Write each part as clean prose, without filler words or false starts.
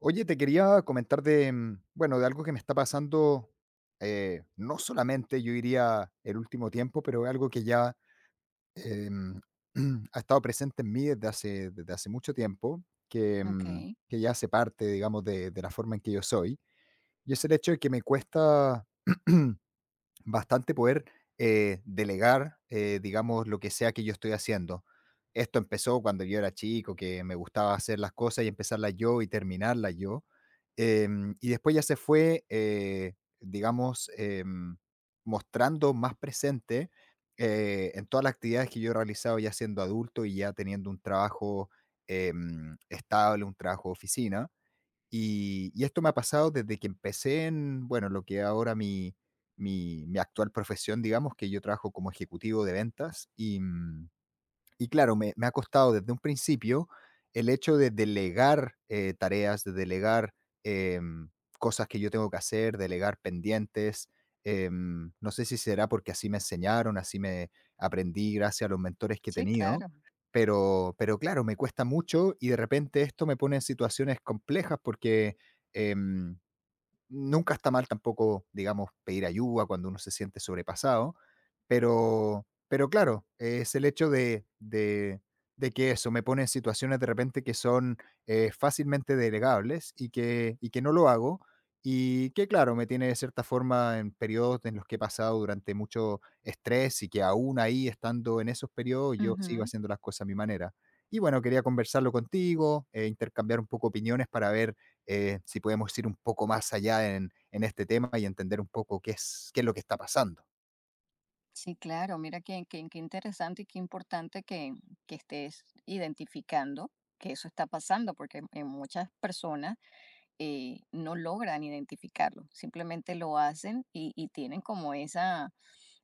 Oye, te quería comentar de, bueno, de algo que me está pasando, no solamente yo diría el último tiempo, pero es algo que ya em, ha estado presente en mí desde hace mucho tiempo, Okey. que ya hace parte, digamos, de la forma en que yo soy. Y es el hecho de que me cuesta bastante poder delegar, digamos, lo que sea que yo estoy haciendo. Esto empezó cuando yo era chico, que me gustaba hacer las cosas y empezarlas yo y terminarlas yo. Y después ya se fue, digamos, mostrando más presente en todas las actividades que yo he realizado ya siendo adulto y ya teniendo un trabajo estable, un trabajo de oficina. Y esto me ha pasado desde que empecé en, bueno, lo que ahora mi actual profesión, digamos, que yo trabajo como ejecutivo de ventas y claro, me ha costado desde un principio el hecho de delegar tareas, de delegar em, cosas que yo tengo que hacer, delegar pendientes. No sé si será porque así me enseñaron, así me aprendí gracias a los mentores que he Sí, tenido, claro. Pero claro, me cuesta mucho y de repente esto me pone en situaciones complejas porque em, nunca está mal tampoco, digamos, pedir ayuda cuando uno se siente sobrepasado, pero claro, es el hecho de que eso me pone en situaciones de repente que son fácilmente delegables y que no lo hago. Y que claro, me tiene de cierta forma en periodos en los que he pasado durante mucho estrés y que aún ahí estando en esos periodos yo sigo Ujú. haciendo las cosas a mi manera. Y bueno, quería conversarlo contigo, intercambiar un poco opiniones para ver si podemos ir un poco más allá en este tema y entender un poco qué es lo que está pasando. Sí, claro. Mira qué interesante y qué importante que estés identificando que eso está pasando, porque en muchas personas no logran identificarlo, simplemente lo hacen y, tienen como esa,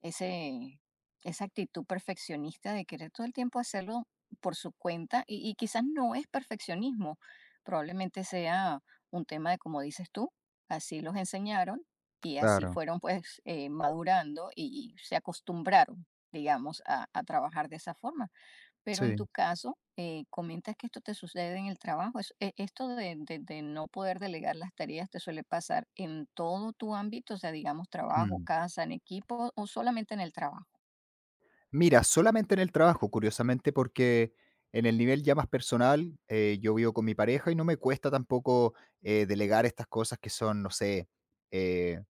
ese, esa actitud perfeccionista de querer todo el tiempo hacerlo por su cuenta y, quizás no es perfeccionismo, probablemente sea un tema de como dices tú, así los enseñaron y así Claro, fueron pues madurando y, se acostumbraron, digamos, a trabajar de esa forma. Pero en sí. tu caso, comentas que esto te sucede en el trabajo. Esto de, de no poder delegar las tareas te suele pasar en todo tu ámbito, o sea, digamos, trabajo, Mm. casa, en equipo o solamente en el trabajo. Mira, solamente en el trabajo, curiosamente, porque en el nivel ya más personal, yo vivo con mi pareja y no me cuesta tampoco delegar estas cosas que son, no sé, eh,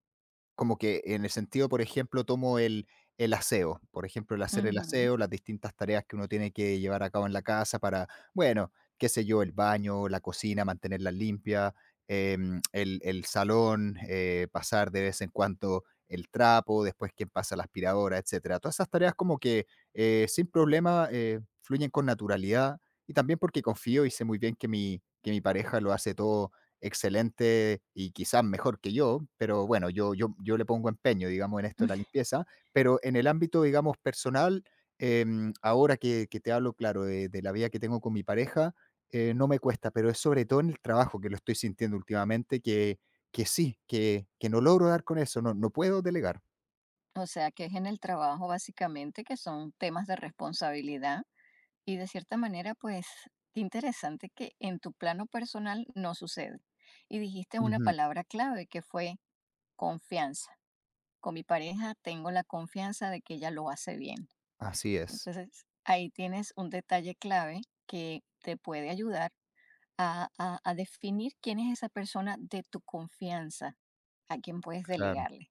como que en el sentido, por ejemplo, tomo el aseo, por ejemplo, el hacer el Ujú. aseo, las distintas tareas que uno tiene que llevar a cabo en la casa para, bueno, qué sé yo, el baño, la cocina, mantenerla limpia, el salón, pasar de vez en cuando el trapo, después quién pasa la aspiradora, etcétera. Todas esas tareas como que sin problema fluyen con naturalidad y también porque confío y sé muy bien que mi pareja lo hace todo excelente y quizás mejor que yo, pero bueno, yo le pongo empeño, digamos, en esto de la limpieza, pero en el ámbito, digamos, personal, ahora que te hablo, claro, de la vida que tengo con mi pareja, no me cuesta, pero es sobre todo en el trabajo que lo estoy sintiendo últimamente, que sí, que no logro dar con eso, no, no puedo delegar. O sea, que es en el trabajo básicamente que son temas de responsabilidad y de cierta manera, pues, qué interesante que en tu plano personal no sucede. Y dijiste una Ujú. palabra clave que fue confianza. Con mi pareja tengo la confianza de que ella lo hace bien. Así es, Entonces, ahí tienes un detalle clave que te puede ayudar a, a definir quién es esa persona de tu confianza, a quién puedes claro, delegarle.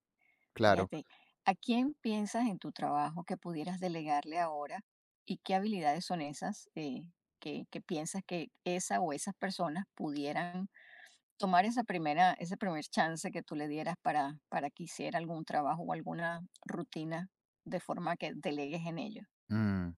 claro. Fíjate, ¿a quién piensas en tu trabajo que pudieras delegarle ahora y qué habilidades son esas que piensas que esa o esas personas pudieran tomar esa primera, ese primer chance que tú le dieras para que hiciera algún trabajo o alguna rutina de forma que delegues en ello? Mm.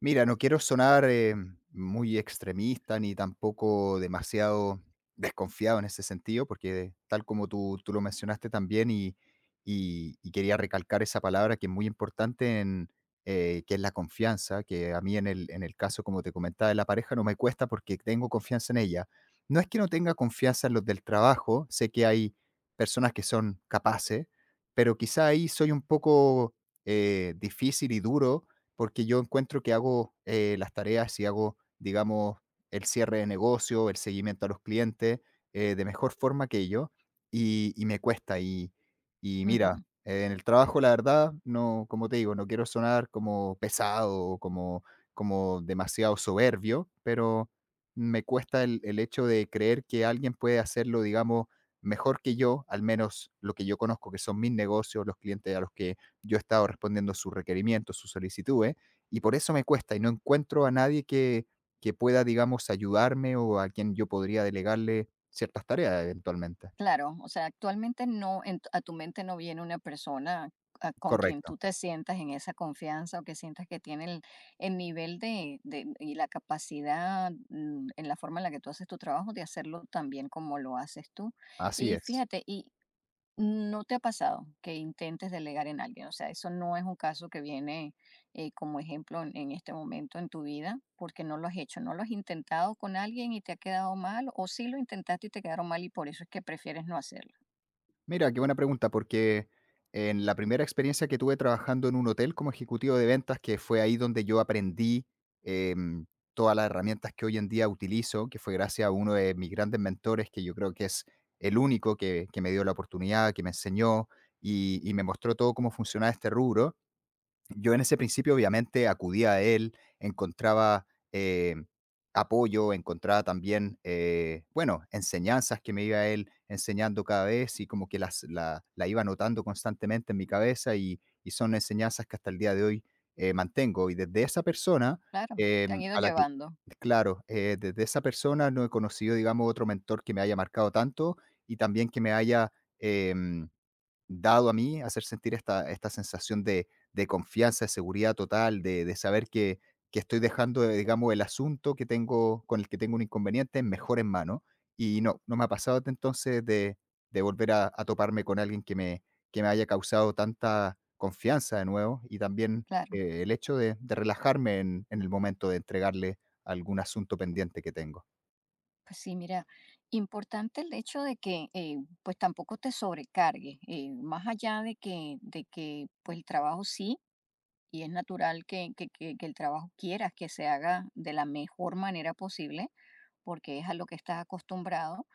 Mira, no quiero sonar muy extremista ni tampoco demasiado desconfiado en ese sentido, porque tal como tú lo mencionaste también y quería recalcar esa palabra que es muy importante en, que es la confianza, que a mí en el caso, como te comentaba, de la pareja no me cuesta porque tengo confianza en ella. No es que no tenga confianza en los del trabajo, sé que hay personas que son capaces, pero quizá ahí soy un poco difícil y duro porque yo encuentro que hago las tareas y hago, digamos, el cierre de negocio, el seguimiento a los clientes, de mejor forma que yo, y me cuesta. Y Ujú. mira, en el trabajo, la verdad, no, como te digo, no quiero sonar como pesado o como, como demasiado soberbio, pero me cuesta el hecho de creer que alguien puede hacerlo, digamos, mejor que yo, al menos lo que yo conozco, que son mis negocios, los clientes a los que yo he estado respondiendo sus requerimientos, sus solicitudes, y por eso me cuesta y no encuentro a nadie que, que pueda, digamos, ayudarme o a quien yo podría delegarle ciertas tareas eventualmente. Claro, o sea, actualmente no, en a tu mente no viene una persona con quien Correcto, tú te sientas en esa confianza o que sientas que tiene el nivel de, y la capacidad en la forma en la que tú haces tu trabajo de hacerlo tan bien como lo haces tú. así Y es. fíjate, ¿no te ha pasado que intentes delegar en alguien? O sea, eso no es un caso que viene como ejemplo en este momento en tu vida, porque no lo has hecho, no lo has intentado con alguien y te ha quedado mal, o sí lo intentaste y te quedaron mal y por eso es que prefieres no hacerlo. Mira, qué buena pregunta, porque en la primera experiencia que tuve trabajando en un hotel como ejecutivo de ventas, que fue ahí donde yo aprendí em, todas las herramientas que hoy en día utilizo, que fue gracias a uno de mis grandes mentores, que yo creo que es el único que me dio la oportunidad, que me enseñó y me mostró todo cómo funcionaba este rubro. Yo en ese principio obviamente acudía a él, encontraba eh, apoyo, encontraba también, bueno, enseñanzas que me iba él enseñando cada vez y como que la iba anotando constantemente en mi cabeza y son enseñanzas que hasta el día de hoy mantengo. Y desde esa persona Claro, eh, te han ido a la que, llevando, claro, desde esa persona no he conocido, digamos, otro mentor que me haya marcado tanto y también que me haya... em, dado a mí hacer sentir esta sensación de confianza, de seguridad total, de saber que estoy dejando, digamos, el asunto que tengo con el que tengo un inconveniente mejor en mano. Y no, no me ha pasado desde entonces de volver a toparme con alguien que me haya causado tanta confianza de nuevo, y también, claro. El hecho de relajarme en el momento de entregarle algún asunto pendiente que tengo. Pues sí, mira, importante el hecho de que pues tampoco te sobrecargues, más allá de que pues el trabajo sí, y es natural que, que el trabajo quieras que se haga de la mejor manera posible porque es a lo que está acostumbrado,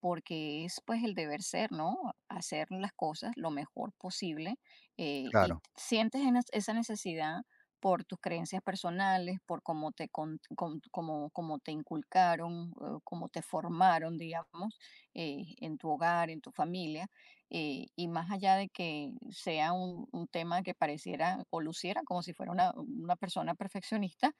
porque es pues el deber ser, ¿no? Hacer las cosas lo mejor posible y Claro. sientes en esa necesidad por tus creencias personales, por cómo te, cómo te inculcaron, cómo te formaron, digamos, en tu hogar, en tu familia, y más allá de que sea un tema que pareciera o luciera como si fuera una persona perfeccionista,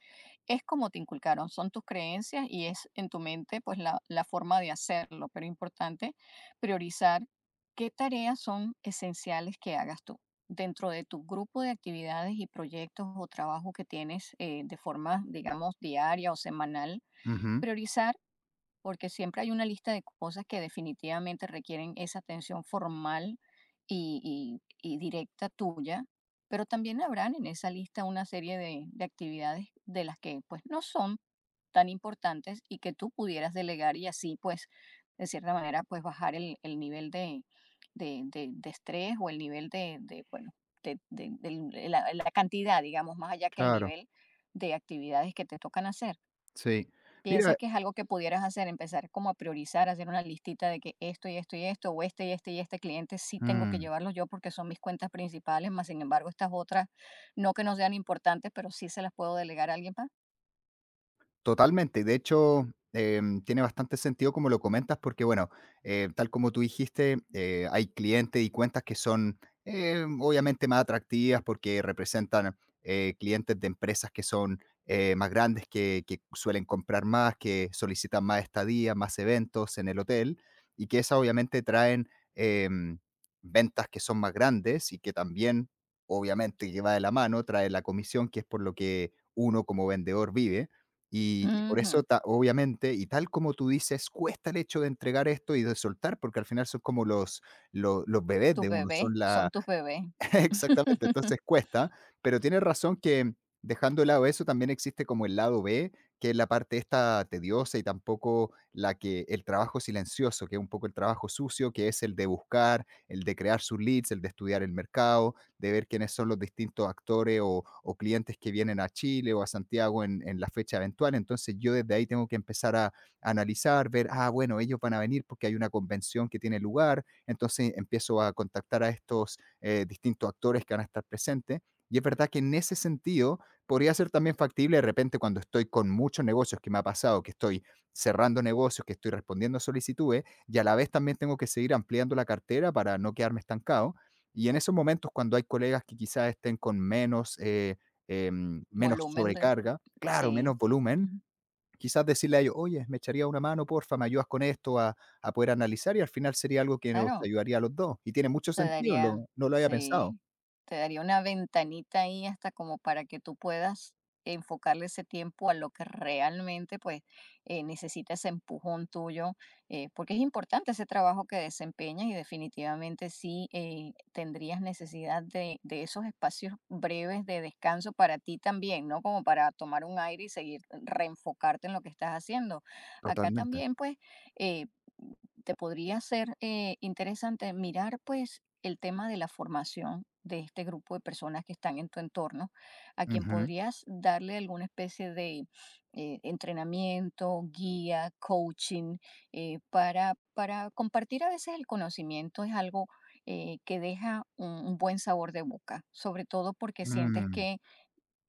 es como te inculcaron, son tus creencias y es en tu mente pues la forma de hacerlo, pero importante priorizar qué tareas son esenciales que hagas tú dentro de tu grupo de actividades y proyectos o trabajo que tienes de forma, digamos, diaria o semanal. Ujú. Priorizar porque siempre hay una lista de cosas que definitivamente requieren esa atención formal y, y directa tuya, pero también habrán en esa lista una serie de actividades de las que pues no son tan importantes y que tú pudieras delegar y así pues de cierta manera pues bajar el nivel de, de estrés o el nivel de, bueno, de, de la la cantidad, digamos, más allá que el Claro. nivel de actividades que te tocan hacer. Sí. ¿Piensas Mira que es algo que pudieras hacer? Empezar como a priorizar, hacer una listita de que esto y esto y esto, o este y este y este cliente sí tengo que mm. llevarlos yo porque son mis cuentas principales, más sin embargo estas otras, no que no sean importantes, pero sí se las puedo delegar a alguien más. Totalmente. De hecho, tiene bastante sentido como lo comentas, porque bueno, tal como tú dijiste, hay clientes y cuentas que son obviamente más atractivas porque representan clientes de empresas que son más grandes, que suelen comprar más, que solicitan más estadías, más eventos en el hotel, y que esas obviamente traen em, ventas que son más grandes y que también, obviamente, que va de la mano, trae la comisión, que es por lo que uno como vendedor vive. Por eso, Ujú. ta obviamente, y tal como tú dices, cuesta el hecho de entregar esto y de soltar, porque al final son como los bebés Tus de uno, bebés son son la tus bebés. exactamente, entonces cuesta, pero tienes razón que dejando de lado eso también existe como el lado B, que es la parte esta tediosa y tampoco la que el trabajo silencioso, que es un poco el trabajo sucio, que es el de buscar, el de crear sus leads, el de estudiar el mercado, de ver quiénes son los distintos actores o clientes que vienen a Chile o a Santiago en la fecha eventual. Entonces yo desde ahí tengo que empezar a analizar, ver, ah, bueno, ellos van a venir porque hay una convención que tiene lugar. Entonces empiezo a contactar a estos distintos actores que van a estar presentes. Y es verdad que en ese sentido podría ser también factible de repente cuando estoy con muchos negocios que me ha pasado, que estoy cerrando negocios, que estoy respondiendo a solicitudes y a la vez también tengo que seguir ampliando la cartera para no quedarme estancado. Y en esos momentos cuando hay colegas que quizás estén con menos, menos Volumen de... sobrecarga, claro, Sí. menos volumen, Ujú. quizás decirle a ellos, oye, me echaría una mano, porfa, me ayudas con esto a poder analizar y al final sería algo que nos Claro. ayudaría a los dos. Y tiene mucho Te sentido, daría no lo había pensado. sí, te daría una ventanita ahí hasta como para que tú puedas enfocarle ese tiempo a lo que realmente, pues, necesita ese empujón tuyo, porque es importante ese trabajo que desempeñas y definitivamente sí, tendrías necesidad de esos espacios breves de descanso para ti también, ¿no? Como para tomar un aire y seguir reenfocarte en lo que estás haciendo. Acá Totalmente. también, pues, eh te podría ser interesante mirar pues el tema de la formación de este grupo de personas que están en tu entorno, a quien Ujú. podrías darle alguna especie de entrenamiento, guía, coaching, para compartir a veces el conocimiento es algo que deja un buen sabor de boca, sobre todo porque sientes Mm, que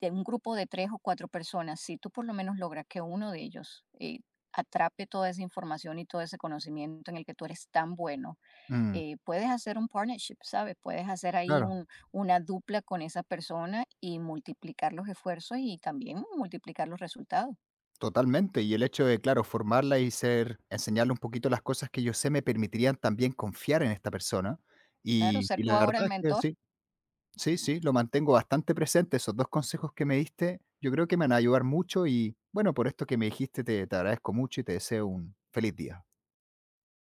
de un grupo de tres o cuatro personas, si tú por lo menos logras que uno de ellos atrape toda esa información y todo ese conocimiento en el que tú eres tan bueno, mm, puedes hacer un partnership, ¿sabes? Puedes hacer ahí claro, una dupla con esa persona y multiplicar los esfuerzos y también multiplicar los resultados. totalmente. Y el hecho de, claro, formarla y ser, enseñarle un poquito las cosas que yo sé me permitirían también confiar en esta persona. Claro, ser Y tú la ahora el verdad es que mentor sí, sí, sí, lo mantengo bastante presente. Esos 2 consejos que me diste, yo creo que me van a ayudar mucho y bueno, por esto que me dijiste, te agradezco mucho y te deseo un feliz día.